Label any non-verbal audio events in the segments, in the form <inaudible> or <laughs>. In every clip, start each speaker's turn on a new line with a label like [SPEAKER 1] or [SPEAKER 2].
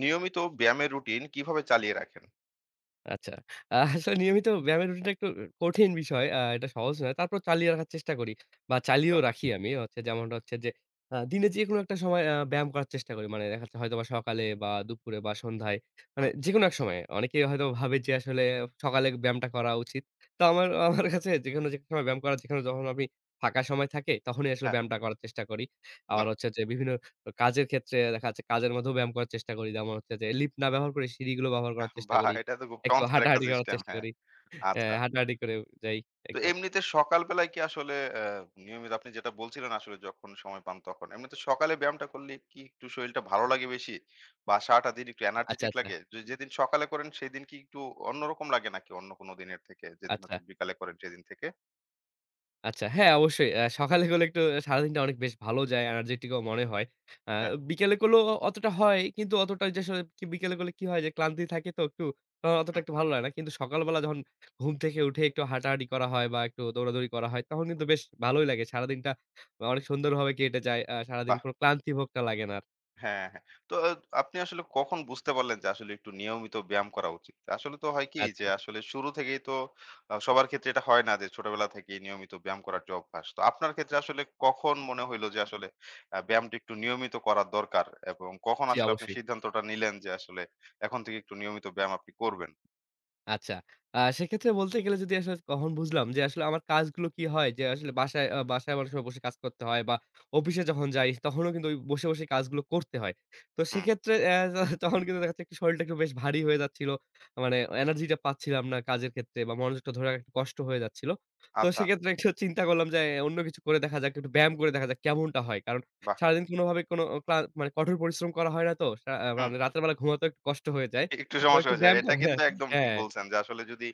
[SPEAKER 1] নিয়মিত ব্যায়ামের রুটিন কিভাবে চালিয়ে রাখেন?
[SPEAKER 2] আচ্ছা। আসলে নিয়মিত ব্যায়ামের রুটিনটা একটু কঠিন বিষয়। এটা সহজ নয়। তারপর চালিয়ে রাখার চেষ্টা করি বা
[SPEAKER 1] আচ্ছা,
[SPEAKER 2] চালিয়েও রাখি আমি। হচ্ছে যেমনটা হচ্ছে যে দিনে যেকোনো একটা সময় ব্যায়াম করার চেষ্টা করি। মানে দেখা যাচ্ছে হয়তোবা সকালে বা দুপুরে বা সন্ধ্যায় মানে
[SPEAKER 1] হুম,
[SPEAKER 2] যেকোনো এক সময়ে। অনেকেই হয়তো ভাবে যে আসলে সকালে ব্যায়ামটা করা উচিত। তো আমার আমার কাছে যেকোনো সময় ব্যায়াম করার, যেখানে যখন আমি ফাঁকা সময় থাকে তখনই আসলে
[SPEAKER 1] হ্যাঁ,
[SPEAKER 2] ব্যায়ামটা করার চেষ্টা করি। আবার
[SPEAKER 1] বাহ!
[SPEAKER 2] হচ্ছে যে বিভিন্ন কাজের ক্ষেত্রে দেখা যাচ্ছে কাজের মধ্যেও ব্যায়াম করার চেষ্টা করি। যেমন হচ্ছে যে লিফট না ব্যবহার করে সিঁড়িগুলো ব্যবহার করার
[SPEAKER 1] হ্যাঁ,
[SPEAKER 2] চেষ্টা
[SPEAKER 1] বাহ!
[SPEAKER 2] করি।
[SPEAKER 1] এটা তো খুব
[SPEAKER 2] একটু
[SPEAKER 1] চমৎকার একটা
[SPEAKER 2] হাঁটাহাঁটি করার
[SPEAKER 1] সিস্টেম।
[SPEAKER 2] চেষ্টা
[SPEAKER 1] হ্যাঁ,
[SPEAKER 2] করি। হ্যাঁ,
[SPEAKER 1] আচ্ছা।
[SPEAKER 2] হাঁটাহাঁটি করে যাই
[SPEAKER 1] তো
[SPEAKER 2] একদম।
[SPEAKER 1] এমনিতে সকাল বেলায় কি আসলে নিয়মিত আপনি যেটা বলছিলেন আসলে যখন সময় পান তখন। এমনিতে সকালে ব্যায়ামটা করলে কি একটু শরীরটা ভালো লাগে বেশি? বা সারাটা দিন একটু
[SPEAKER 2] আচ্ছা,
[SPEAKER 1] এনার্জেটিক
[SPEAKER 2] আচ্ছা,
[SPEAKER 1] লাগে? যেদিন সকালে করেন সেদিন কি একটু অন্যরকম লাগে নাকি অন্য কোনো দিনের থেকে? যেদিন
[SPEAKER 2] আচ্ছা,
[SPEAKER 1] হচ্ছে বিকালে করেন সেদিন থেকে?
[SPEAKER 2] আচ্ছা। হ্যাঁ, অবশ্যই। সকালে করলে একটু সারাদিনটা অনেক বেশ ভালো যায়, এনার্জেটিক ও মনে হয়। আ
[SPEAKER 1] হ্যাঁ,
[SPEAKER 2] বিকেলে করলেও অতটা হয়, কিন্তু অতটা ওইযে আসলে কি বিকেলে করলে কি হয় যে ক্লান্তি থাকে তো একটু অতটা
[SPEAKER 1] হুম,
[SPEAKER 2] একটু ভালো লাগে না। কিন্তু সকালবেলা যখন ঘুম থেকে উঠে একটু হাঁটাহাঁটি করা হয় বা একটু দৌড়াদৌড়ি করা হয় তখন কিন্তু বেশ ভালোই লাগে। সারাদিনটা অনেক সুন্দরভাবে কেটে যায়। সারাদিন
[SPEAKER 1] বাহ!
[SPEAKER 2] কোনো ক্লান্তি ভোগটা লাগে না আর।
[SPEAKER 1] হ্যাঁ, হ্যাঁ। তো আপনি আসলে কখন বুঝতে পারলেন যে আসলে একটু নিয়মিত ব্যায়াম করা উচিত? আসলে তো হয় কি যে
[SPEAKER 2] আচ্ছা।
[SPEAKER 1] আসলে শুরু থেকেই তো সবার ক্ষেত্রে এটা হয় না যে ছোটবেলা থেকেই নিয়মিত ব্যায়াম করার যে অভ্যাস। তো আপনার ক্ষেত্রে আসলে কখন মনে হইলো যে আসলে ব্যায়ামটা একটু নিয়মিত করার দরকার এবং কখন
[SPEAKER 2] জি,
[SPEAKER 1] আসলে আপনি
[SPEAKER 2] অবশ্যই।
[SPEAKER 1] সিদ্ধান্তটা নিলেন যে আসলে এখন থেকে একটু নিয়মিত ব্যায়াম আপনি করবেন?
[SPEAKER 2] আচ্ছা। সেক্ষেত্রে বলতে গেলে যদি আসলে কখন বুঝলাম যে আসলে আমার কাজগুলো কি হয় যে আসলে বাসায় অনেক সময় বসে কাজ করতে হয় বা অফিসে যখন যাই তখনও কিন্তু ওই বসে, বসে কাজগুলো করতে হয়। তো
[SPEAKER 1] হুম,
[SPEAKER 2] সেক্ষেত্রে <laughs> তখন কিন্তু দেখা যাচ্ছে একটু শরীরটা একটু বেশ ভারী হয়ে যাচ্ছিল। মানে এনার্জিটা পাচ্ছিলাম না কাজের ক্ষেত্রে বা মনোযোগটা ধরে রাখা একটু কষ্ট হয়ে যাচ্ছিল। তো
[SPEAKER 1] আচ্ছা,
[SPEAKER 2] সেক্ষেত্রে একটু চিন্তা করলাম যে অন্য কিছু করে দেখা যাক, একটু ব্যায়াম করে দেখা যাক কেমনটা হয়। কারণ
[SPEAKER 1] বাহ!
[SPEAKER 2] সারাদিন কোনোভাবে কোনো মানে কঠোর পরিশ্রম করা হয় না তো।
[SPEAKER 1] হুম।
[SPEAKER 2] মানে রাতের বেলা ঘুমাতেও একটু কষ্ট হয়ে যায়।
[SPEAKER 1] একটু
[SPEAKER 2] তো
[SPEAKER 1] সমস্যা
[SPEAKER 2] একটু
[SPEAKER 1] হয়ে যায়।
[SPEAKER 2] ব্যায়াম
[SPEAKER 1] এটা
[SPEAKER 2] করা। হ্যাঁ,
[SPEAKER 1] কিন্তু একদম ঠিক
[SPEAKER 2] হ্যাঁ।
[SPEAKER 1] বলছেন যে আসলে যদি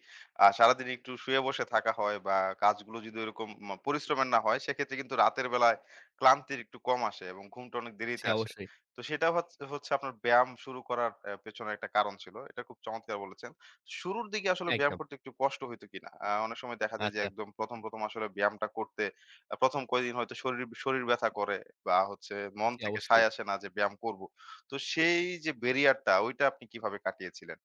[SPEAKER 1] সারাদিন একটু শুয়ে বসে থাকা হয় বা কাজগুলো যদি ওইরকম পরিশ্রমের না হয় সেক্ষেত্রে কিন্তু রাতের বেলায় ক্লান্তির একটু কম আসে এবং ঘুমটা অনেক
[SPEAKER 2] জি,
[SPEAKER 1] দেরিতে আসে।
[SPEAKER 2] অবশ্যই।
[SPEAKER 1] তো সেটা হচ্ছে আপনার ব্যায়াম শুরু করার পেছনে একটা কারণ ছিল। এটা খুব চমৎকার বলেছেন। শুরুর দিকে আসলে ব্যায়াম
[SPEAKER 2] একদম।
[SPEAKER 1] করতে একটু কষ্ট হইতো কিনা? অনেক সময় দেখা যায় যে
[SPEAKER 2] আচ্ছা।
[SPEAKER 1] একদম ১ম, ১ম আসলে ব্যায়ামটা করতে ১ম কয়েকদিন হয়তো শরীর শরীর ব্যথা করে বা হচ্ছে মন
[SPEAKER 2] জি,
[SPEAKER 1] থেকে
[SPEAKER 2] অবশ্যই।
[SPEAKER 1] সায় আসে না যে ব্যায়াম করব। তো সেই যে ব্যারিয়ারটা ওইটা আপনি কিভাবে কাটিয়েছিলেন?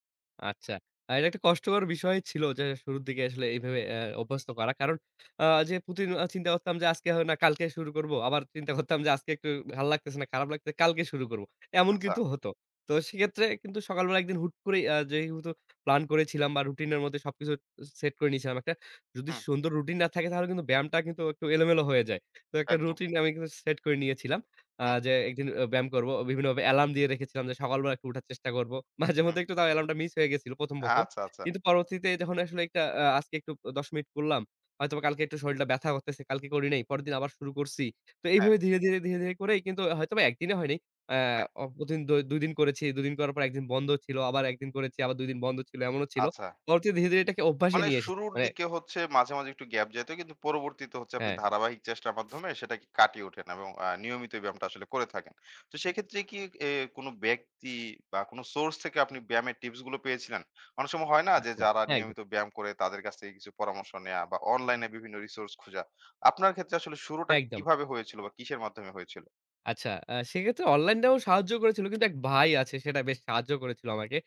[SPEAKER 2] আচ্ছা। এটা একটা কষ্টকর বিষয় ছিল যে শুরুর দিকে আসলে এইভাবে অভ্যস্ত করা। কারণ যে প্রতিদিন চিন্তা করতাম যে আজকে হয় না, কালকে শুরু করব। আবার চিন্তা করতাম যে আজকে একটু ভাল লাগতেছে না, খারাপ লাগতেছে, কালকে শুরু করব। এমন
[SPEAKER 1] আচ্ছা।
[SPEAKER 2] কিন্তু হতো। তো সেক্ষেত্রে কিন্তু সকালবেলা একদিন হুট করেই যেহেতু প্ল্যান করেছিলাম বা রুটিনের মধ্যে সবকিছু সেট করে নিয়েছিলাম একটা। যদি
[SPEAKER 1] হুম,
[SPEAKER 2] সুন্দর রুটিন না থাকে তাহলে কিন্তু ব্যায়ামটা কিন্তু একটু এলোমেলো হয়ে যায়। তো একটা
[SPEAKER 1] একদম।
[SPEAKER 2] রুটিন আমি কিন্তু সেট করে নিয়েছিলাম।
[SPEAKER 1] হুম,
[SPEAKER 2] যে একদিন ব্যায়াম করব। বিভিন্নভাবে অ্যালার্ম দিয়ে রেখেছিলাম যে সকালবেলা একটু উঠার চেষ্টা করব। <laughs>
[SPEAKER 1] হুম।
[SPEAKER 2] মাঝেমধ্যে একটু তাও অ্যালার্মটা মিস হয়ে গেছিল ১ম, ১ম।
[SPEAKER 1] আচ্ছা, আচ্ছা।
[SPEAKER 2] কিন্তু পরবর্তীতে যখন আসলে একটা আজকে একটু ১০ মিনিট করলাম। হয়তোবা কালকে একটু শরীরটা ব্যাথা করতেছে। কালকে করি নাই। পরের দিন আবার শুরু করছি। তো
[SPEAKER 1] হ্যাঁ,
[SPEAKER 2] এইভাবে ধীরে, ধীরে, ধীরে, ধীরে করেই কিন্তু হয়তোবা একদিনে হয়নি। আ
[SPEAKER 1] হ্যাঁ।
[SPEAKER 2] অ প্রতিদিন ২ দিন করেছি। ২ দিন করার পর ১ দিন বন্ধ ছিল। আবার ১ দিন করেছি। আবার ২ দিন বন্ধ ছিল। এমনও ছিল।
[SPEAKER 1] আচ্ছা।
[SPEAKER 2] পরবর্তীতে ধীরে, ধীরে এটাকে অভ্যাসে
[SPEAKER 1] মানে
[SPEAKER 2] নিয়ে এসেছি।
[SPEAKER 1] শুরুর
[SPEAKER 2] মানে
[SPEAKER 1] দিকে হচ্ছে মাঝে, মাঝে একটু গ্যাপ যাইত। কিন্তু পরবর্তীতে হচ্ছে আপনি
[SPEAKER 2] হ্যাঁ,
[SPEAKER 1] ধারাবাহিক চেষ্টার মাধ্যমে সেটাকে কাটিয়ে ওঠেন এবং নিয়মিত এই ব্যায়ামটা আসলে করে থাকেন। তো সেক্ষেত্রে কি এ কোনো ব্যক্তি বা কোনো সোর্স থেকে আপনি ব্যায়ামের টিপস গুলো পেয়েছিলেন? অনেক সময় হয় না যে
[SPEAKER 2] আচ্ছা।
[SPEAKER 1] যারা
[SPEAKER 2] হ্যাঁ, একদম,
[SPEAKER 1] নিয়মিত ব্যায়াম করে তাদের কাছ থেকে কিছু পরামর্শ নেয়া বা অনলাইনে বিভিন্ন রিসোর্স খোঁজা। আপনার ক্ষেত্রে আসলে শুরুটা
[SPEAKER 2] একদম।
[SPEAKER 1] কিভাবে হয়েছিল বা কিসের মাধ্যমে হয়েছিল?
[SPEAKER 2] আচ্ছা, সেক্ষেত্রে অনলাইনটাও সাহায্য করেছিল। কিন্তু এক ভাই আছে, সেটা বেশ সাহায্য করেছিল আমাকে।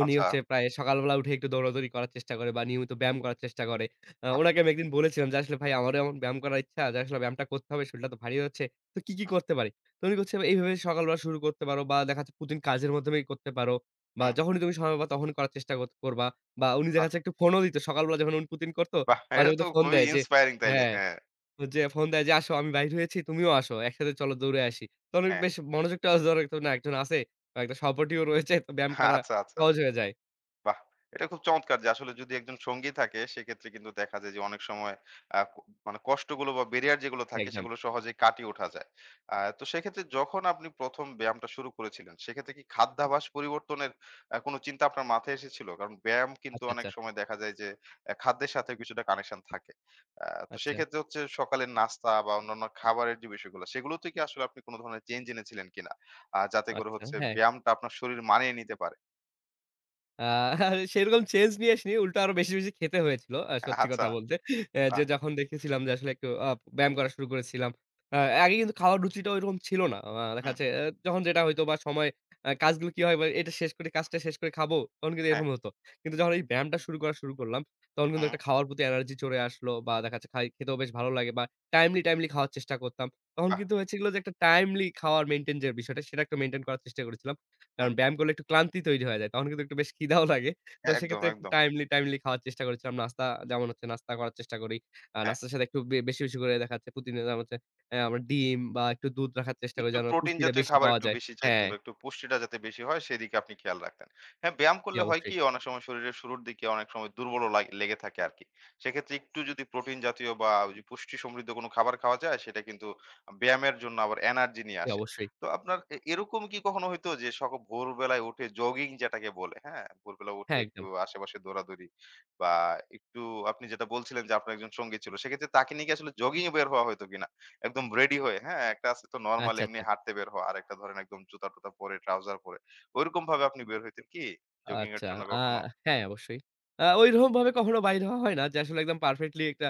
[SPEAKER 2] উনি
[SPEAKER 1] আচ্ছা।
[SPEAKER 2] হচ্ছে প্রায় সকালবেলা উঠে একটু দৌড়াদৌড়ি করার চেষ্টা করে বা নিয়মিত ব্যায়াম করার চেষ্টা করে।
[SPEAKER 1] বাহ!
[SPEAKER 2] উনাকে আমি একদিন বলেছিলাম যে, "আসলে ভাই, আমারও এমন ব্যায়াম করার ইচ্ছা যে আসলে ব্যায়ামটা করতে হবে। শরীরটা তো ভারী হচ্ছে। তো কি, কি
[SPEAKER 1] হুম,
[SPEAKER 2] করতে পারি?" তো উনি বলছে, "এইভাবে সকালবেলা শুরু করতে পারো বা দেখা যাচ্ছে প্রতিদিন কাজের মাধ্যমেই করতে পারো বা
[SPEAKER 1] হুম,
[SPEAKER 2] যখনই তুমি সময় পাবা তখন করার চেষ্টা কর করবা।" বা উনি দেখা
[SPEAKER 1] বাহ!
[SPEAKER 2] যাচ্ছে একটু ফোনও দিত। সকালবেলা যখন উনি প্রতিদিন করত,
[SPEAKER 1] বাহ!
[SPEAKER 2] মাঝে
[SPEAKER 1] এটা তো
[SPEAKER 2] মধ্যে ফোন
[SPEAKER 1] খুবই
[SPEAKER 2] দেয় যে,
[SPEAKER 1] ইন্সপায়ারিং তাইলে।
[SPEAKER 2] হ্যাঁ।
[SPEAKER 1] হ্যাঁ,
[SPEAKER 2] যে ফোন দেয় যে, "আসো আমি বাইর হয়েছি, তুমিও আসো। একসাথে চলো দৌড়ে আসি।" তখন একটু
[SPEAKER 1] হ্যাঁ।
[SPEAKER 2] বেশ মনোযোগটাও ধরে, তো না একজন আছে, বা একটা সাপোর্টিও রয়েছে, তো ব্যায়াম করা
[SPEAKER 1] আচ্ছা, আচ্ছা।
[SPEAKER 2] সহজ হয়ে যায়।
[SPEAKER 1] বাহ! এটা খুব চমৎকার যে আসলে যদি একজন সঙ্গী থাকে সেক্ষেত্রে কিন্তু দেখা যায় যে অনেক সময় আ ক মানে কষ্টগুলো বা ব্যারিয়ার যেগুলো
[SPEAKER 2] জি,
[SPEAKER 1] থাকে
[SPEAKER 2] একদম।
[SPEAKER 1] সেগুলো সহজেই কাটিয়ে ওঠা যায়। তো সেক্ষেত্রে যখন আপনি ১ম ব্যায়ামটা শুরু করেছিলেন সেক্ষেত্রে কি খাদ্যাভ্যাস পরিবর্তনের কোনো চিন্তা আপনার মাথায় এসেছিল? কারণ ব্যায়াম কিন্তু
[SPEAKER 2] আচ্ছা,
[SPEAKER 1] অনেক
[SPEAKER 2] আচ্ছা,
[SPEAKER 1] সময় দেখা যায় যে খাদ্যের সাথেও কিছুটা কানেকশন থাকে। তো
[SPEAKER 2] আচ্ছা,
[SPEAKER 1] সেক্ষেত্রে হচ্ছে সকালের নাস্তা বা অন্যান্য খাবারের যে বিষয়গুলো সেগুলোতে কি আসলে আপনি কোনো ধরনের চেঞ্জ এনেছিলেন কিনা? যাতে করে
[SPEAKER 2] আচ্ছা,
[SPEAKER 1] হচ্ছে
[SPEAKER 2] হ্যাঁ।
[SPEAKER 1] ব্যায়ামটা আপনার শরীর মানিয়ে নিতে পারে?
[SPEAKER 2] আ সেরকম চেঞ্জ নিয়ে আসিনি। উল্টো আরো বেশি, বেশি খেতে হয়েছিল। সত্যি কথা
[SPEAKER 1] আচ্ছা।
[SPEAKER 2] বলতে। যে যখন দেখেছিলাম যে আসলে একটু ব্যায়াম করা শুরু করেছিলাম। আ আগে কিন্তু খাওয়ার রুচিটা ঐরকম ছিল না। দেখা
[SPEAKER 1] হুম,
[SPEAKER 2] যাচ্ছে যখন যেটা হইতো বা সময় কাজগুলো কি হয় বা এটা শেষ করে, কাজটা শেষ করে খাবো, তখন কিন্তু
[SPEAKER 1] হ্যাঁ,
[SPEAKER 2] এরকম হতো। কিন্তু যখন এই ব্যায়ামটা শুরু করা শুরু করলাম, তখন কিন্তু
[SPEAKER 1] হুম,
[SPEAKER 2] একটা খাওয়ার প্রতি এনার্জি চলে আসলো বা দেখা যাচ্ছে খেতেও বেশ ভালো লাগে বা টাইমলি, টাইমলি খাওয়ার চেষ্টা করতাম। তখন
[SPEAKER 1] বাহ!
[SPEAKER 2] কিন্তু হয়েছিল যে একটা টাইমলি খাওয়ার মেইনটেইন যে বিষয়টা, সেটা একটু মেইনটেইন করার চেষ্টা করেছিলাম।
[SPEAKER 1] হুম,
[SPEAKER 2] কারণ ব্যায়াম করলে একটু ক্লান্তি তৈরি হয়ে যায়। তখন কিন্তু একটু বেশ খিদাও লাগে। তো
[SPEAKER 1] হ্যাঁ, একদম,
[SPEAKER 2] সেক্ষেত্রে একটু
[SPEAKER 1] একদম।
[SPEAKER 2] টাইমলি, টাইমলি খাওয়ার চেষ্টা করেছিলাম। নাস্তা যেমন হচ্ছে নাস্তা করার চেষ্টা করি।
[SPEAKER 1] হ্যাঁ।
[SPEAKER 2] নাস্তার সাথে একটু বেশি, বেশি করে দেখা যাচ্ছে প্রতিদিন, যেমন হচ্ছে আমরা ডিম বা একটু দুধ রাখার চেষ্টা করি
[SPEAKER 1] একটু
[SPEAKER 2] যেন
[SPEAKER 1] প্রোটিন
[SPEAKER 2] পুষ্টিটা
[SPEAKER 1] জাতীয়
[SPEAKER 2] বেশি
[SPEAKER 1] খাবার
[SPEAKER 2] পাওয়া
[SPEAKER 1] একটু
[SPEAKER 2] যায়।
[SPEAKER 1] বেশি চাইতেন
[SPEAKER 2] হ্যাঁ,
[SPEAKER 1] বা একটু পুষ্টিটা যাতে বেশি হয় সেদিকে আপনি খেয়াল রাখতেন। হ্যাঁ, ব্যায়াম
[SPEAKER 2] জি
[SPEAKER 1] করলে হয়
[SPEAKER 2] অবশ্যই,
[SPEAKER 1] কি অনেক সময় শরীরের শুরুর দিকে অনেক সময় দুর্বলও লেগে থাকে আরকি। সেক্ষেত্রে একটু যদি প্রোটিন জাতীয় বা ওই যে পুষ্টি সমৃদ্ধ কোনো খাবার খাওয়া যায় সেটা কিন্তু ব্যায়ামের জন্য আবার এনার্জি নিয়ে
[SPEAKER 2] জি
[SPEAKER 1] আসে।
[SPEAKER 2] অবশ্যই।
[SPEAKER 1] তো আপনার এরকম কি কখনো হইতো যে ভোরবেলায় উঠে জগিং যেটাকে বলে, হ্যাঁ? ভোরবেলা উঠে
[SPEAKER 2] হ্যাঁ,
[SPEAKER 1] একটু
[SPEAKER 2] একদম।
[SPEAKER 1] আশেপাশে দৌড়াদৌড়ি বা একটু আপনি যেটা বলছিলেন যে আপনার একজন সঙ্গী ছিল সেক্ষেত্রে তাকে নিয়ে কি আসলে জগিং এ বের হওয়া হইতো কিনা? একদম রেডি হয়ে, হ্যাঁ? একটা আছে তো নরমাল
[SPEAKER 2] আচ্ছা,
[SPEAKER 1] এমনি
[SPEAKER 2] আচ্ছা।
[SPEAKER 1] হাঁটতে বের হওয়া। আরেকটা ধরেন একদম জুতা-টুতা পরে, ট্রাউজার পরে। ঐরকম ভাবে আপনি বের হইতেন কি জগিং এর
[SPEAKER 2] আচ্ছা।
[SPEAKER 1] জন্য
[SPEAKER 2] আ
[SPEAKER 1] কখনো?
[SPEAKER 2] হ্যাঁ, অবশ্যই। ঐরকমভাবে কখনো বাইর হওয়া হয় না যে আসলে একদম পারফেক্টলি একটা,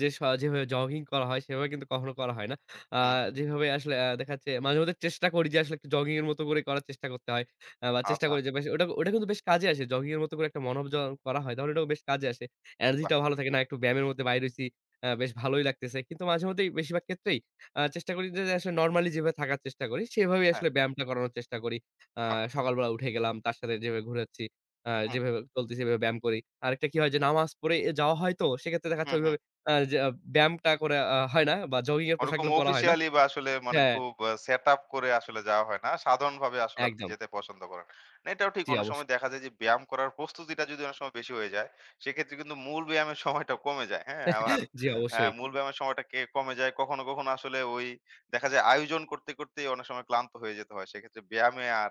[SPEAKER 2] যে যেভাবে জগিং করা হয় সেভাবে কিন্তু কখনো করা হয় না। আ
[SPEAKER 1] হুম,
[SPEAKER 2] যেভাবে আসলে দেখা যাচ্ছে মাঝেমধ্যে চেষ্টা করি যে আসলে একটু জগিং এর মতো করে করার চেষ্টা করতে হয়। বা চেষ্টা
[SPEAKER 1] আচ্ছা।
[SPEAKER 2] করি যে বেশ ওটা ওটা কিন্তু বেশ কাজে আসে। জগিং এর মতো করে একটা মনোবল যখন করা হয় তাহলে ওটাও বেশ কাজে আসে। এনার্জি
[SPEAKER 1] বাহ!
[SPEAKER 2] টাও ভালো থাকে, না একটু ব্যায়ামের মধ্যে বাইর হইছি। বেশ ভালোই লাগতেছে। কিন্তু মাঝেমধ্যেই বেশিরভাগ ক্ষেত্রেই চেষ্টা করি যে আসলে নরমালি যেভাবে থাকার চেষ্টা করি সেভাবেই
[SPEAKER 1] হ্যাঁ,
[SPEAKER 2] আসলে ব্যায়ামটা করানোর চেষ্টা করি। আ
[SPEAKER 1] বাহ!
[SPEAKER 2] সকালবেলা উঠে গেলাম। তার সাথে যেভাবে ঘুরাচ্ছি,
[SPEAKER 1] হুম,
[SPEAKER 2] যেভাবে চলতেছি এভাবে ব্যায়াম করি। আরেকটা কি হয় যে নামাজ পড়ে যাওয়া হয়, তো সেক্ষেত্রে দেখা যাচ্ছে
[SPEAKER 1] হুম, হুম।
[SPEAKER 2] ওইভাবে যে ব্যায়ামটা করে হয় না বা জগিং এর
[SPEAKER 1] ওরকম
[SPEAKER 2] পোশাকগুলো পরা হয় না।
[SPEAKER 1] অফিসিয়ালি বা আসলে মানে
[SPEAKER 2] হ্যাঁ,
[SPEAKER 1] খুব সেটআপ করে আসলে যাওয়া হয় না। সাধারণভাবে আসলে আপনি
[SPEAKER 2] একদম।
[SPEAKER 1] যেতে পছন্দ করেন। না এটাও ঠিক
[SPEAKER 2] জি,
[SPEAKER 1] অনেক সময়
[SPEAKER 2] অবশ্যই।
[SPEAKER 1] দেখা যায় যে ব্যায়াম করার প্রস্তুতিটা যদি অনেক সময় বেশি হয়ে যায়, সেক্ষেত্রে কিন্তু মূল ব্যায়ামের <laughs> সময়টা কমে যায়। হ্যাঁ? আবার
[SPEAKER 2] জি, অবশ্যই।
[SPEAKER 1] মূল ব্যায়ামের সময়টা কমে যায়। কখনো, কখনো আসলে ওই দেখা যায় আয়োজন করতে, করতেই অনেক সময় ক্লান্ত হয়ে যেতে হয়। সেক্ষেত্রে ব্যায়ামে আর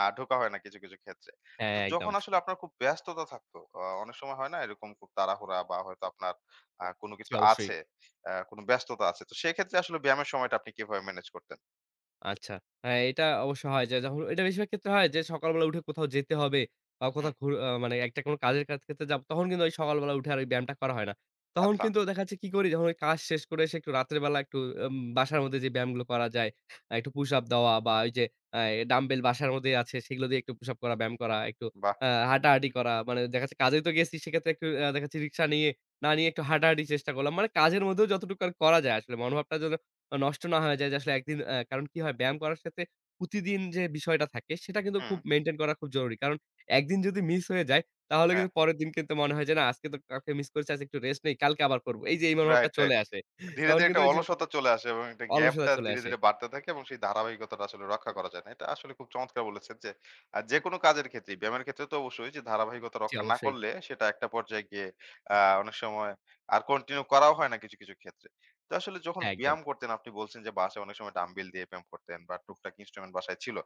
[SPEAKER 1] ঢোকা হয় না কিছু, কিছু ক্ষেত্রে।
[SPEAKER 2] হ্যাঁ,
[SPEAKER 1] তো
[SPEAKER 2] একদম।
[SPEAKER 1] যখন আসলে আপনার খুব ব্যস্ততা থাকতো, অনেক সময় হয় না এরকম খুব তাড়াহুড়া বা হয়তো আপনার কোনো
[SPEAKER 2] জি,
[SPEAKER 1] কিছু
[SPEAKER 2] অবশ্যই।
[SPEAKER 1] আছে কোনো ব্যস্ততা আছে। তো সেক্ষেত্রে আসলে ব্যায়ামের সময়টা আপনি কিভাবে ম্যানেজ করতেন?
[SPEAKER 2] আচ্ছা। হ্যাঁ, এটা অবশ্য হয় যে যখন এটা বেশিরভাগ ক্ষেত্রে হয় যে সকালবেলা উঠে কোথাও যেতে হবে বা কোথাও
[SPEAKER 1] হুম।
[SPEAKER 2] ঘুর আ মানে একটা কোনো কাজের ক্ষেত্রে যাব, তখন কিন্তু ওই সকালবেলা উঠে আর ওই ব্যায়ামটা করা হয় না। তখন
[SPEAKER 1] আচ্ছা,
[SPEAKER 2] কিন্তু দেখা যাচ্ছে কি করি, যখন ওই কাজ শেষ করে এসে একটু রাতের বেলা একটু বাসার মধ্যে যে ব্যায়ামগুলো করা যায়, একটু পুশ আপ দেওয়া বা ওই যে আ ডাম্বেল বাসার মধ্যেই আছে, সেগুলো দিয়ে একটু পুশ আপ করা, ব্যায়াম করা, একটু
[SPEAKER 1] বাহ!
[SPEAKER 2] হাঁটাহাঁটি করা। মানে দেখা যাচ্ছে কাজেই তো গেছি, সেক্ষেত্রে একটু দেখা যাচ্ছে রিক্সা নিয়ে না নিয়ে একটু হাঁটাহাঁটির চেষ্টা করলাম। মানে কাজের মধ্যেও যতটুকু আর করা যায় আসলে মনোভাবটা যেন নষ্ট না হয়ে যায়, যে আসলে একদিন কারণ কি হয় ব্যায়াম করার সাথে প্রতিদিন যে বিষয়টা থাকে সেটা কিন্তু
[SPEAKER 1] হুম,
[SPEAKER 2] খুব মেইনটেইন করা খুব জরুরি। কারণ একদিন যদি মিস হয়ে যায় তাহলে
[SPEAKER 1] হ্যাঁ,
[SPEAKER 2] কিন্তু পরের দিন কিন্তু মনে হয় যে, না, আজকে তো কালকে মিস করেছি, আজ একটু রেস্ট নেই, কালকে আবার করব। এই যে এই মনোভাবটা
[SPEAKER 1] রাইট,
[SPEAKER 2] চলে
[SPEAKER 1] রাইট।
[SPEAKER 2] আসে।
[SPEAKER 1] ধীরে,
[SPEAKER 2] তখন
[SPEAKER 1] ধীরে
[SPEAKER 2] কিন্তু
[SPEAKER 1] একটা
[SPEAKER 2] ওই যে
[SPEAKER 1] অলসতা চলে আসে এবং একটা
[SPEAKER 2] অলসতা
[SPEAKER 1] গ্যাপটা
[SPEAKER 2] চলে
[SPEAKER 1] ধীরে,
[SPEAKER 2] আসে।
[SPEAKER 1] ধীরে বাড়তে থাকে এবং সেই ধারাবাহিকতাটা আসলে রক্ষা করা যায় না। এটা আসলে খুব চমৎকার বলেছেন যে, যেকোনো কাজের ক্ষেত্রেই ব্যায়ামের ক্ষেত্রে তো অবশ্যই যে ধারাবাহিকতা
[SPEAKER 2] জি
[SPEAKER 1] রক্ষা না
[SPEAKER 2] অবশ্যই।
[SPEAKER 1] করলে সেটা একটা পর্যায়ে গিয়ে আ অনেক সময় আর কন্টিনিউ করাও হয় না কিছু, কিছু ক্ষেত্রে। তো আসলে যখন
[SPEAKER 2] হ্যাঁ, একদম,
[SPEAKER 1] ব্যায়াম করতেন আপনি বলছেন যে বাসায় অনেক সময় ডাম্বেল দিয়ে ব্যায়াম করতেন বা টুকটাক ইন্সট্রুমেন্ট বাসায় ছিল।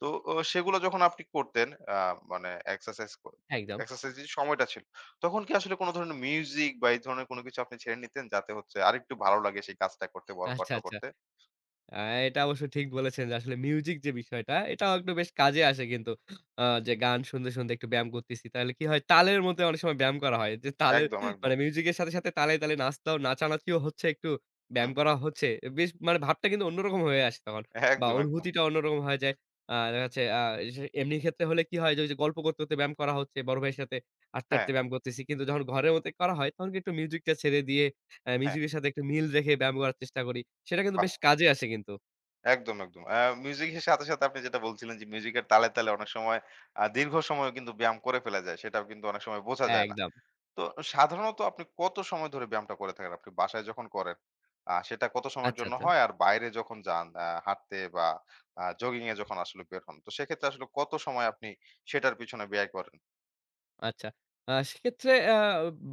[SPEAKER 1] তো সেগুলো যখন আপনি করতেন আ মানে
[SPEAKER 2] হ্যাঁ একদম।
[SPEAKER 1] এক্সারসাইজ এর সময়টা ছিল। তখন কি আসলে কোন ধরনের মিউজিক বা এই ধরনের কোন কিছু আপনি ছেড়ে নিতেন যাতে হচ্ছে আরেকটু ভালো লাগে সেই কাজটা করতে,
[SPEAKER 2] আচ্ছা,
[SPEAKER 1] ওয়ার্কআউটটা
[SPEAKER 2] আচ্ছা।
[SPEAKER 1] করতে?
[SPEAKER 2] আ এটা অবশ্য ঠিক বলেছেন যে আসলে মিউজিক যে বিষয়টা, এটাও একটু বেশ কাজে আসে কিন্তু। যে গান শুনতে, শুনতে একটু ব্যায়াম করতেছি। তাহলে কি হয়, তালের মধ্যে অনেক সময় ব্যায়াম করা হয়। যে তালের
[SPEAKER 1] একদম,
[SPEAKER 2] মানে
[SPEAKER 1] একদম।
[SPEAKER 2] মিউজিকের সাথে, সাথে তালে, তালে নাচতাও, নাচানাচিও হচ্ছে, একটু ব্যায়াম
[SPEAKER 1] হুম,
[SPEAKER 2] করা হচ্ছে। বেশ মানে ভাবটা কিন্তু অন্যরকম হয়ে আসে তখন। বা
[SPEAKER 1] একদম, একদম।
[SPEAKER 2] অনুভূতিটা অন্যরকম হয়ে যায়। দেখা যাচ্ছে আ এস এমনি ক্ষেত্রে হলে কি হয় যে ওই যে গল্প করতে, করতে ব্যায়াম করা হচ্ছে, বড় ভাইয়ের সাথে হাঁটতে,
[SPEAKER 1] হ্যাঁ,
[SPEAKER 2] হাঁটতে ব্যায়াম করতেছি। কিন্তু যখন ঘরের মধ্যে করা হয় তখন কিন্তু মিউজিকটা ছেড়ে দিয়ে
[SPEAKER 1] হ্যাঁ,
[SPEAKER 2] মিউজিকের সাথে একটু মিল রেখে ব্যায়াম করার চেষ্টা করি। সেটা কিন্তু
[SPEAKER 1] বাহ!
[SPEAKER 2] বেশ কাজে আসে কিন্তু।
[SPEAKER 1] একদম, একদম। মিউজিকের সাথে, সাথে আপনি যেটা বলছিলেন যে মিউজিকের তালে, তালে অনেক সময় দীর্ঘ সময় কিন্তু ব্যায়াম করে ফেলা যায়। সেটাও কিন্তু অনেক সময় বোঝা
[SPEAKER 2] হ্যাঁ,
[SPEAKER 1] যায় না।
[SPEAKER 2] একদম।
[SPEAKER 1] তো সাধারণত আপনি কত সময় ধরে ব্যায়ামটা করে থাকেন? আপনি বাসায় যখন করেন, সেটা কত সময়ের
[SPEAKER 2] আচ্ছা,
[SPEAKER 1] জন্য
[SPEAKER 2] আচ্ছা।
[SPEAKER 1] হয়? আর বাইরে যখন যান হাঁটতে বা জগিং এ যখন আসলে বের হন, তো সেক্ষেত্রে আসলে কত সময় আপনি সেটার পিছনে ব্যয় করেন?
[SPEAKER 2] আচ্ছা। সেক্ষেত্রে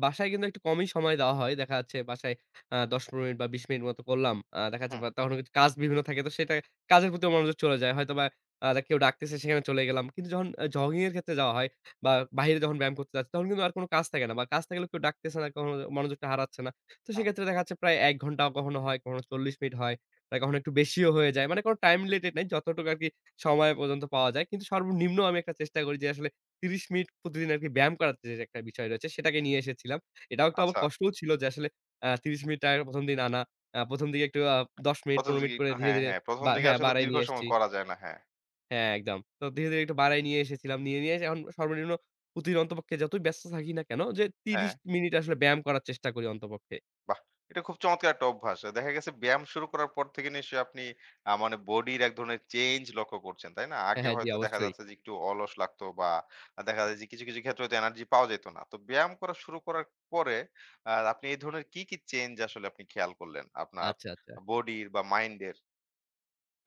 [SPEAKER 2] বাসায় কিন্তু একটু কমই সময় দেওয়া হয়। দেখা যাচ্ছে বাসায় ১০-১৫ মিনিট বা ২০ মিনিট মতো করলাম। দেখা যাচ্ছে
[SPEAKER 1] হুম,
[SPEAKER 2] বা তখন কিন্তু কাজ বিভিন্ন থাকে। তো সেটা কাজের প্রতি মনোযোগ চলে যায়। হয়তোবা কেউ ডাকতেছে, সেখানে চলে গেলাম। কিন্তু যখন জগিং এর ক্ষেত্রে যাওয়া হয় বা বাহিরে যখন ব্যায়াম করতে যাচ্ছি, তখন কিন্তু আর কোন কাজ থাকে না বা কাজ থাকলেও কেউ ডাকতেছে না, কখনো মনোযোগটা হারাচ্ছে না। তো
[SPEAKER 1] হুম।
[SPEAKER 2] সেক্ষেত্রে দেখা যাচ্ছে প্রায় ১ ঘন্টা কখনো হয়, কখনো ৪০ মিনিট হয়, বা কখনো একটু বেশিও হয়ে যায়। মানে কোন টাইম রিলেটেড নাই। যতটুকু আরকি সময় পর্যন্ত পাওয়া যায়। কিন্তু সর্বনিম্ন আমি একটা চেষ্টা করি যে আসলে ৩০ মিনিট প্রতিদিন আরকি ব্যায়াম করার যে একটা বিষয় রয়েছে সেটাকে নিয়ে এসেছিলাম। এটাও একটু আবার
[SPEAKER 1] আচ্ছা।
[SPEAKER 2] কষ্টও ছিল যে আসলে ৩০ মিনিট টাকা ১ম দিন আনা। ১ম দিকে একটু ১০ মিনিট
[SPEAKER 1] ১ম
[SPEAKER 2] ১৫
[SPEAKER 1] দিকে
[SPEAKER 2] মিনিট করে
[SPEAKER 1] একটু
[SPEAKER 2] ধীরে,
[SPEAKER 1] হ্যাঁ,
[SPEAKER 2] ধীরে
[SPEAKER 1] হ্যাঁ। ১ম
[SPEAKER 2] বা
[SPEAKER 1] দিকে
[SPEAKER 2] হ্যাঁ,
[SPEAKER 1] আসলে
[SPEAKER 2] বাড়ায়
[SPEAKER 1] দীর্ঘ
[SPEAKER 2] নিয়ে এসেছি।
[SPEAKER 1] সময় করা যায় না। হ্যাঁ।
[SPEAKER 2] হ্যাঁ, একদম। তো ধীরে, ধীরে একটু বাড়ায় নিয়ে এসেছিলাম। নিয়ে, নিয়ে এসে এখন সর্বনিম্ন প্রতিদিন অন্তপক্ষে যতই ব্যস্ত থাকি না কেন যে ৩০
[SPEAKER 1] হ্যাঁ।
[SPEAKER 2] মিনিট আসলে ব্যায়াম করার চেষ্টা করি অন্তপক্ষে।
[SPEAKER 1] বাহ! এটা খুব চমৎকার একটা অভ্যাস। দেখা গেছে ব্যায়াম শুরু করার পর থেকে নিশ্চয়ই আপনি মানে বডির এক ধরনের চেঞ্জ লক্ষ্য করছেন, তাই না?
[SPEAKER 2] হ্যাঁ,
[SPEAKER 1] আগে
[SPEAKER 2] হ্যাঁ, জি
[SPEAKER 1] হয়তো দেখা
[SPEAKER 2] অবশ্যই।
[SPEAKER 1] যাচ্ছে যে একটু অলস লাগতো বা দেখা যায় যে কিছু, কিছু ক্ষেত্রে হয়তো এনার্জি পাওয়া যেত না। তো ব্যায়াম করা শুরু করার পরে আপনি এই ধরনের কি, কি চেঞ্জ আসলে আপনি খেয়াল করলেন? আপনার
[SPEAKER 2] আচ্ছা, আচ্ছা।
[SPEAKER 1] বডির বা মাইন্ডের?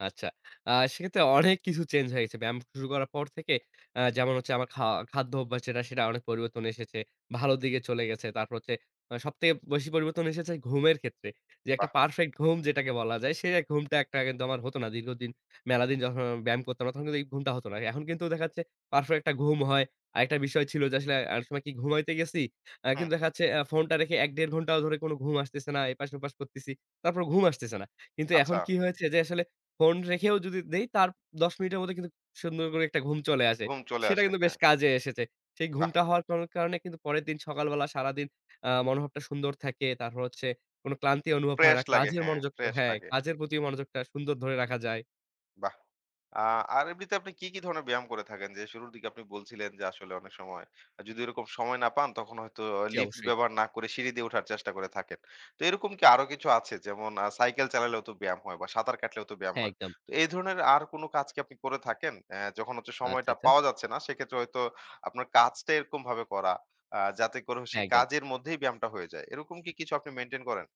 [SPEAKER 2] আচ্ছা। সেক্ষেত্রে অনেক কিছু চেঞ্জ হয়ে গেছে। ব্যায়াম শুরু করার পর থেকে যেমন হচ্ছে আমার খাদ্য অভ্যাস যেটা সেটা অনেক পরিবর্তন এসেছে। ভালো দিকে চলে গেছে। তারপর হচ্ছে সবথেকে বেশি পরিবর্তন এসেছে ঘুমের ক্ষেত্রে। যে একটা
[SPEAKER 1] বাহ!
[SPEAKER 2] পারফেক্ট ঘুম যেটাকে বলা যায়, সে ঘুমটা একটা কিন্তু আমার হতো না। দীর্ঘদিন মেলাদিন যখন আমি ব্যায়াম করতাম না তখন কিন্তু এই ঘুমটা হতো না। এখন কিন্তু দেখা যাচ্ছে পারফেক্ট একটা ঘুম হয়। আরেকটা বিষয় ছিল যে আসলে অনেক সময় কি ঘুমাইতে গেছি।
[SPEAKER 1] হুম,
[SPEAKER 2] কিন্তু দেখা যাচ্ছে ফোনটা রেখে ১ ১.৫ ঘন্টাও ধরে কোনো ঘুম আসতেছে না। এপাশ ওপাশ করতেছি। তারপর ঘুম আসতেছে না। কিন্তু এখন
[SPEAKER 1] আচ্ছা।
[SPEAKER 2] কি হয়েছে যে আসলে ফোন রেখেও যদি দেই তার ১০ মিনিটের মধ্যে কিন্তু সুন্দর করে একটা ঘুম চলে আসে।
[SPEAKER 1] ঘুম চলে
[SPEAKER 2] সেটা
[SPEAKER 1] আসে।
[SPEAKER 2] কিন্তু বেশ
[SPEAKER 1] হ্যাঁ,
[SPEAKER 2] কাজে এসেছে। সেই
[SPEAKER 1] বাহ!
[SPEAKER 2] ঘুমটা হওয়ার কারণে কিন্তু পরের দিন সকালবেলা সারাদিন মনোভাবটা সুন্দর থাকে। তারপর হচ্ছে কোন ক্লান্তি অনুভব হয়
[SPEAKER 1] ফ্রেশ
[SPEAKER 2] না।
[SPEAKER 1] লাগে।
[SPEAKER 2] কাজের
[SPEAKER 1] হ্যাঁ,
[SPEAKER 2] মনোযোগ
[SPEAKER 1] ফ্রেশ
[SPEAKER 2] হ্যাঁ,
[SPEAKER 1] লাগে।
[SPEAKER 2] কাজের প্রতি মনোযোগটা সুন্দর ধরে রাখা যায়।
[SPEAKER 1] বাহ! আ আর এমনিতে আপনি কি, কি ধরনের ব্যায়াম করে থাকেন? যে শুরুর দিকে আপনি বলছিলেন যে আসলে অনেক সময় যদি ওরকম সময় না পান তখন হয়তো
[SPEAKER 2] জি,
[SPEAKER 1] লিফট
[SPEAKER 2] অবশ্যই।
[SPEAKER 1] ব্যবহার না করে সিঁড়ি দিয়ে ওঠার চেষ্টা করে থাকেন। তো এরকম কি আরো কিছু আছে? যেমন সাইকেল চালালেও তো ব্যায়াম হয় বা সাঁতার কাটলেও তো ব্যায়াম
[SPEAKER 2] হ্যাঁ,
[SPEAKER 1] হয়।
[SPEAKER 2] একদম।
[SPEAKER 1] তো এই ধরনের আর কোনো কাজ কি আপনি করে থাকেন? যখন হচ্ছে
[SPEAKER 2] আচ্ছা,
[SPEAKER 1] সময়টা
[SPEAKER 2] আচ্ছা।
[SPEAKER 1] পাওয়া যাচ্ছে না সেক্ষেত্রে হয়তো আপনার কাজটা এরকমভাবে করা যাতে করে
[SPEAKER 2] হ্যাঁ,
[SPEAKER 1] সেই
[SPEAKER 2] একদম।
[SPEAKER 1] কাজের মধ্যেই ব্যায়ামটা হয়ে যায়। এরকম কি কিছু আপনি মেইনটেইন করেন?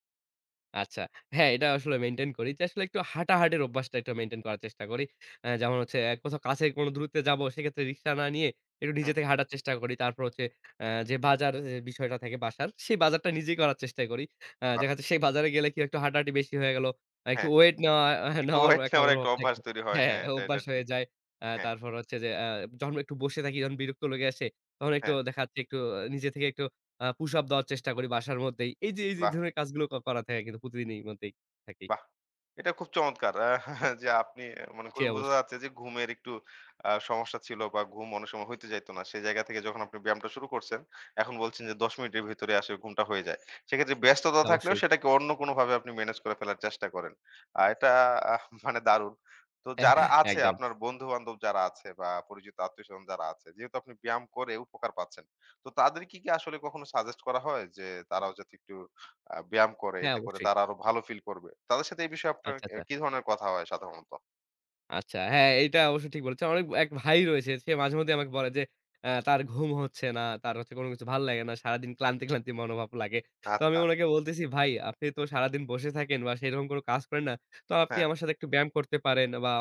[SPEAKER 2] আচ্ছা। হ্যাঁ, এটা আসলে মেইনটেইন করি যে আসলে একটু হাঁটাহাঁটির অভ্যাসটা একটু মেইনটেইন করার চেষ্টা করি। যেমন হচ্ছে কোথাও কাছে কোনো দূরত্বে যাবো সেক্ষেত্রে রিক্সা না নিয়ে একটু নিজে
[SPEAKER 1] হুম,
[SPEAKER 2] থেকে হাঁটার চেষ্টা করি। তারপর হচ্ছে যে বাজার এ বিষয়টা থাকে বাসার, সেই বাজারটা নিজেই করার চেষ্টা করি।
[SPEAKER 1] বাহ!
[SPEAKER 2] দেখা যাচ্ছে সেই বাজারে গেলে কি একটু হাঁটাহাঁটি বেশি হয়ে গেল। একটু
[SPEAKER 1] হ্যাঁ,
[SPEAKER 2] ওয়েট
[SPEAKER 1] একটু
[SPEAKER 2] নেওয়ার
[SPEAKER 1] ওয়েট
[SPEAKER 2] একটা
[SPEAKER 1] নেওয়ার একটা
[SPEAKER 2] অনুভব
[SPEAKER 1] অভ্যাস
[SPEAKER 2] থাকে।
[SPEAKER 1] তৈরি হয়।
[SPEAKER 2] হ্যাঁ,
[SPEAKER 1] হ্যাঁ, এটা
[SPEAKER 2] অভ্যাস হয়ে
[SPEAKER 1] ঠিক।
[SPEAKER 2] যায়।
[SPEAKER 1] হ্যাঁ,
[SPEAKER 2] তারপর হচ্ছে যে যখন একটু বসে থাকি যখন বিরক্ত লেগে আসে তখন একটু
[SPEAKER 1] হ্যাঁ,
[SPEAKER 2] দেখা যাচ্ছে একটু নিজে থেকে একটু পুশ আপ দেওয়ার চেষ্টা করি বাসার মধ্যেই। এই যে
[SPEAKER 1] বাহ!
[SPEAKER 2] ধরনের কাজগুলো করা থাকে কিন্তু প্রতিদিনের মধ্যেই থাকি।
[SPEAKER 1] বাহ! এটা খুব চমৎকার। <laughs> যে আপনি মানে
[SPEAKER 2] সে
[SPEAKER 1] খুবই বোঝা
[SPEAKER 2] অবশ্যই,
[SPEAKER 1] যাচ্ছে যে ঘুমের একটু সমস্যা ছিল বা ঘুম অনেক সময় হইতে যাইত না। সেই জায়গা থেকে যখন আপনি ব্যায়ামটা শুরু করছেন, এখন বলছেন যে ১০ মিনিটের ভিতরে আসে ঘুমটা হয়ে যায়। সেক্ষেত্রে
[SPEAKER 2] সে
[SPEAKER 1] ব্যস্ততা থাকলেও
[SPEAKER 2] অবশ্যই।
[SPEAKER 1] সেটাকে অন্য কোনোভাবে আপনি ম্যানেজ করে ফেলার চেষ্টা করেন। এটা <laughs> মানে দারুণ। তো যারা
[SPEAKER 2] <laughs>
[SPEAKER 1] আছে
[SPEAKER 2] একদম।
[SPEAKER 1] আপনার বন্ধু-বান্ধব যারা আছে বা পরিচিত আত্মীয়স্বজন যারা আছে, যেহেতু আপনি ব্যায়াম করে উপকার পাচ্ছেন। তো তাদেরকে কি কি আসলে কখনো সাজেস্ট করা হয় যে তারাও যাতে একটু ব্যায়াম করে।
[SPEAKER 2] হ্যাঁ,
[SPEAKER 1] এতে করে
[SPEAKER 2] অবশ্যই।
[SPEAKER 1] তারা আরো ভালো ফিল করবে। তাদের সাথে এই বিষয়ে আপনার
[SPEAKER 2] আচ্ছা, আচ্ছা।
[SPEAKER 1] কি ধরনের কথা হয় সাধারণত?
[SPEAKER 2] আচ্ছা, হ্যাঁ, এইটা অবশ্য ঠিক বলেছেন। আমার এক ভাই রয়েছে, সে মাঝেমধ্যেই আমাকে বলে যে তার ঘুম হচ্ছে না, তার হচ্ছে কোনো কিছু ভাল লাগে না। সারাদিন ক্লান্তি, ক্লান্তি মনোভাব লাগে। তো আমি
[SPEAKER 1] আচ্ছা।
[SPEAKER 2] উনাকে বলতেছি, "ভাই, আপনি তো সারাদিন বসে থাকেন বা সেরকম কোনো কাজ করেন না। তো আপনি
[SPEAKER 1] হ্যাঁ,
[SPEAKER 2] আমার সাথে একটু ব্যায়াম করতে পারেন বা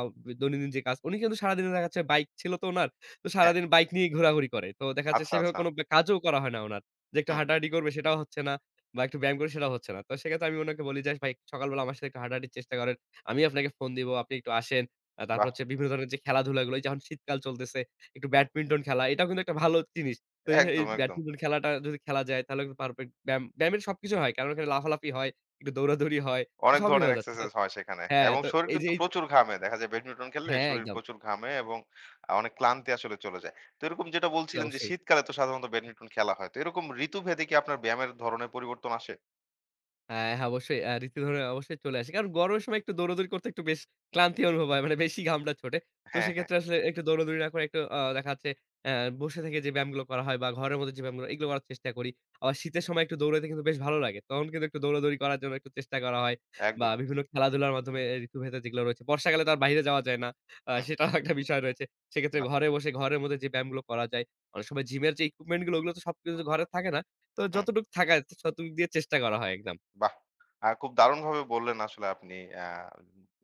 [SPEAKER 2] দৈনন্দিন যে কাজ"। উনি কিন্তু সারাদিন দেখা যাচ্ছে বাইক ছিল তো উনার। তো
[SPEAKER 1] হ্যাঁ।
[SPEAKER 2] সারাদিন বাইক নিয়ে ঘোরাঘুরি করে। তো দেখা যাচ্ছে
[SPEAKER 1] আচ্ছা,
[SPEAKER 2] সেভাবে
[SPEAKER 1] আচ্ছা।
[SPEAKER 2] কোনো কাজও করা হয় না উনার। যে একটু
[SPEAKER 1] হুম,
[SPEAKER 2] হাঁটাহাঁটি করবে সেটাও হচ্ছে না বা একটু ব্যায়াম করবে সেটাও হচ্ছে না। তো সেক্ষেত্রে আমি উনাকে বলি যে, "ভাই, সকালবেলা আমার সাথে একটু হাঁটাহাঁটির চেষ্টা করেন। আমি আপনাকে ফোন দিবো, আপনি একটু আসেন।" তারপর
[SPEAKER 1] বাহ!
[SPEAKER 2] হচ্ছে বিভিন্ন ধরনের যে খেলাধুলাগুলো, এই যেমন শীতকাল চলতেছে, একটু
[SPEAKER 1] হুম,
[SPEAKER 2] ব্যাডমিন্টন খেলা, এটাও কিন্তু একটা ভালো জিনিস। তো এই যে এই
[SPEAKER 1] একদম, একদম।
[SPEAKER 2] ব্যাডমিন্টন খেলাটা যদি খেলা যায় তাহলে কিন্তু পারফেক্ট ব্যায়ামের সবকিছু হয়। কারণ ওখানে লাফালাফি হয়, একটু দৌড়াদৌড়ি হয়, তো
[SPEAKER 1] অনেক
[SPEAKER 2] সবই
[SPEAKER 1] ধরনের
[SPEAKER 2] হওয়া যাচ্ছে। তো
[SPEAKER 1] এক্সারসাইজ হয় সেখানে।
[SPEAKER 2] হ্যাঁ,
[SPEAKER 1] এবং
[SPEAKER 2] তো
[SPEAKER 1] শরীর
[SPEAKER 2] এই যে
[SPEAKER 1] কিন্তু
[SPEAKER 2] এই
[SPEAKER 1] প্রচুর ঘামে। দেখা যায় ব্যাডমিন্টন খেললে
[SPEAKER 2] হ্যাঁ,
[SPEAKER 1] শরীর
[SPEAKER 2] একদম।
[SPEAKER 1] প্রচুর ঘামে এবং অনেক ক্লান্তি আসলে চলে যায়। তো এরকম যেটা
[SPEAKER 2] জি,
[SPEAKER 1] বলছিলেন যে
[SPEAKER 2] অবশ্যই।
[SPEAKER 1] শীতকালে তো সাধারণত ব্যাডমিন্টন খেলা হয়। তো এরকম ঋতুভেদে কি আপনার ব্যায়ামের ধরনের পরিবর্তন আসে?
[SPEAKER 2] হ্যাঁ, হ্যাঁ, অবশ্যই ঋতুধবনে অবশ্যই চলে আসে। কারণ গরমের সময় একটু দৌড়াদৌড়ি করতে একটু বেশ ক্লান্তি অনুভব হয়। মানে বেশি ঘামটা ছোটে। তো
[SPEAKER 1] হ্যাঁ, হ্যাঁ।
[SPEAKER 2] সেক্ষেত্রে আসলে একটু দৌড়াদৌড়ি না করে একটু দেখা যাচ্ছে অ্যা বসে থেকে যে ব্যায়ামগুলো করা হয় বা ঘরের মধ্যে যে ব্যায়ামগুলো এগুলো করার চেষ্টা করি। আবার শীতের সময় একটু দৌড়াইতে কিন্তু বেশ ভালো লাগে। তখন কিন্তু একটু দৌড়াদৌড়ি করার জন্য একটু চেষ্টা করা হয় বা
[SPEAKER 1] একদম।
[SPEAKER 2] বিভিন্ন খেলাধুলার মাধ্যমে এ ঋতুভেদে যেগুলো রয়েছে। বর্ষাকালে তো আর বাইরে যাওয়া যায় না।
[SPEAKER 1] হুম,
[SPEAKER 2] সেটাও একটা বিষয় রয়েছে। সেক্ষেত্রে
[SPEAKER 1] বাহ!
[SPEAKER 2] ঘরে বসে ঘরের মধ্যে যে ব্যায়ামগুলো করা যায়, অনেক সময় জিমের যে ইকুইপমেন্ট গুলো ওগুলো তো সবকিছু ঘরে থাকে না। তো
[SPEAKER 1] হুম।
[SPEAKER 2] যতটুকু থাকা যায় ততটুকু দিয়ে চেষ্টা করা হয় একদম।
[SPEAKER 1] বাহ! খুব দারুণভাবে বললেন আসলে আপনি আ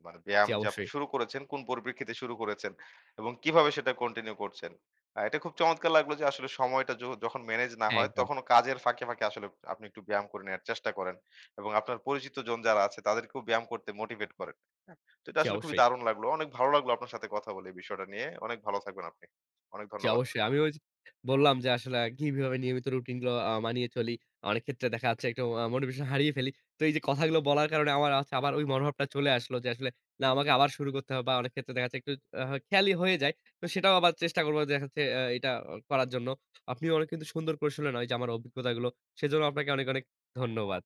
[SPEAKER 1] মানে
[SPEAKER 2] জি,
[SPEAKER 1] ব্যায়াম যে আপনি
[SPEAKER 2] অবশ্যই।
[SPEAKER 1] শুরু করেছেন, কোন পরিপ্রেক্ষিতে শুরু করেছেন এবং কিভাবে সেটা কন্টিনিউ করছেন। এটা খুব চমৎকার লাগলো যে আসলে সময়টা যখন ম্যানেজ না
[SPEAKER 2] হ্যাঁ,
[SPEAKER 1] হয়
[SPEAKER 2] একদম।
[SPEAKER 1] তখনও কাজের ফাঁকে, ফাঁকে আসলে আপনি একটু ব্যায়াম করে নেয়ার চেষ্টা করেন এবং আপনার পরিচিত জন যারা আছে তাদেরকেও ব্যায়াম করতে মোটিভেট করেন। হ্যাঁ? তো এটা
[SPEAKER 2] জি,
[SPEAKER 1] আসলে খুবই
[SPEAKER 2] অবশ্যই।
[SPEAKER 1] দারুণ লাগলো। অনেক ভালো লাগলো আপনার সাথে কথা বলে এই বিষয়টা নিয়ে। অনেক ভালো থাকবেন আপনি। অনেক
[SPEAKER 2] জি,
[SPEAKER 1] ধন্যবাদ।
[SPEAKER 2] অবশ্যই। আমি ওই যে বললাম যে আসলে কিভাবে নিয়মিত রুটিন গুলো মানিয়ে চলি। অনেক ক্ষেত্রে দেখা যাচ্ছে একটু মোটিভেশন হারিয়ে ফেলি। তো এই যে কথাগুলো বলার কারণে আমার হচ্ছে আবার ওই মনোভাবটা চলে আসলো যে আসলে না আমাকে আবার শুরু করতে হবে বা অনেক ক্ষেত্রে দেখা যাচ্ছে একটু খেয়ালি হয়ে যায়। তো সেটাও আবার চেষ্টা করব দেখা যাচ্ছে এটা করার জন্য। আপনি অনেক কিন্তু সুন্দর করে শুনলেন ওই যে আমার অভিজ্ঞতাগুলো। সেজন্য আপনাকে অনেক, অনেক ধন্যবাদ।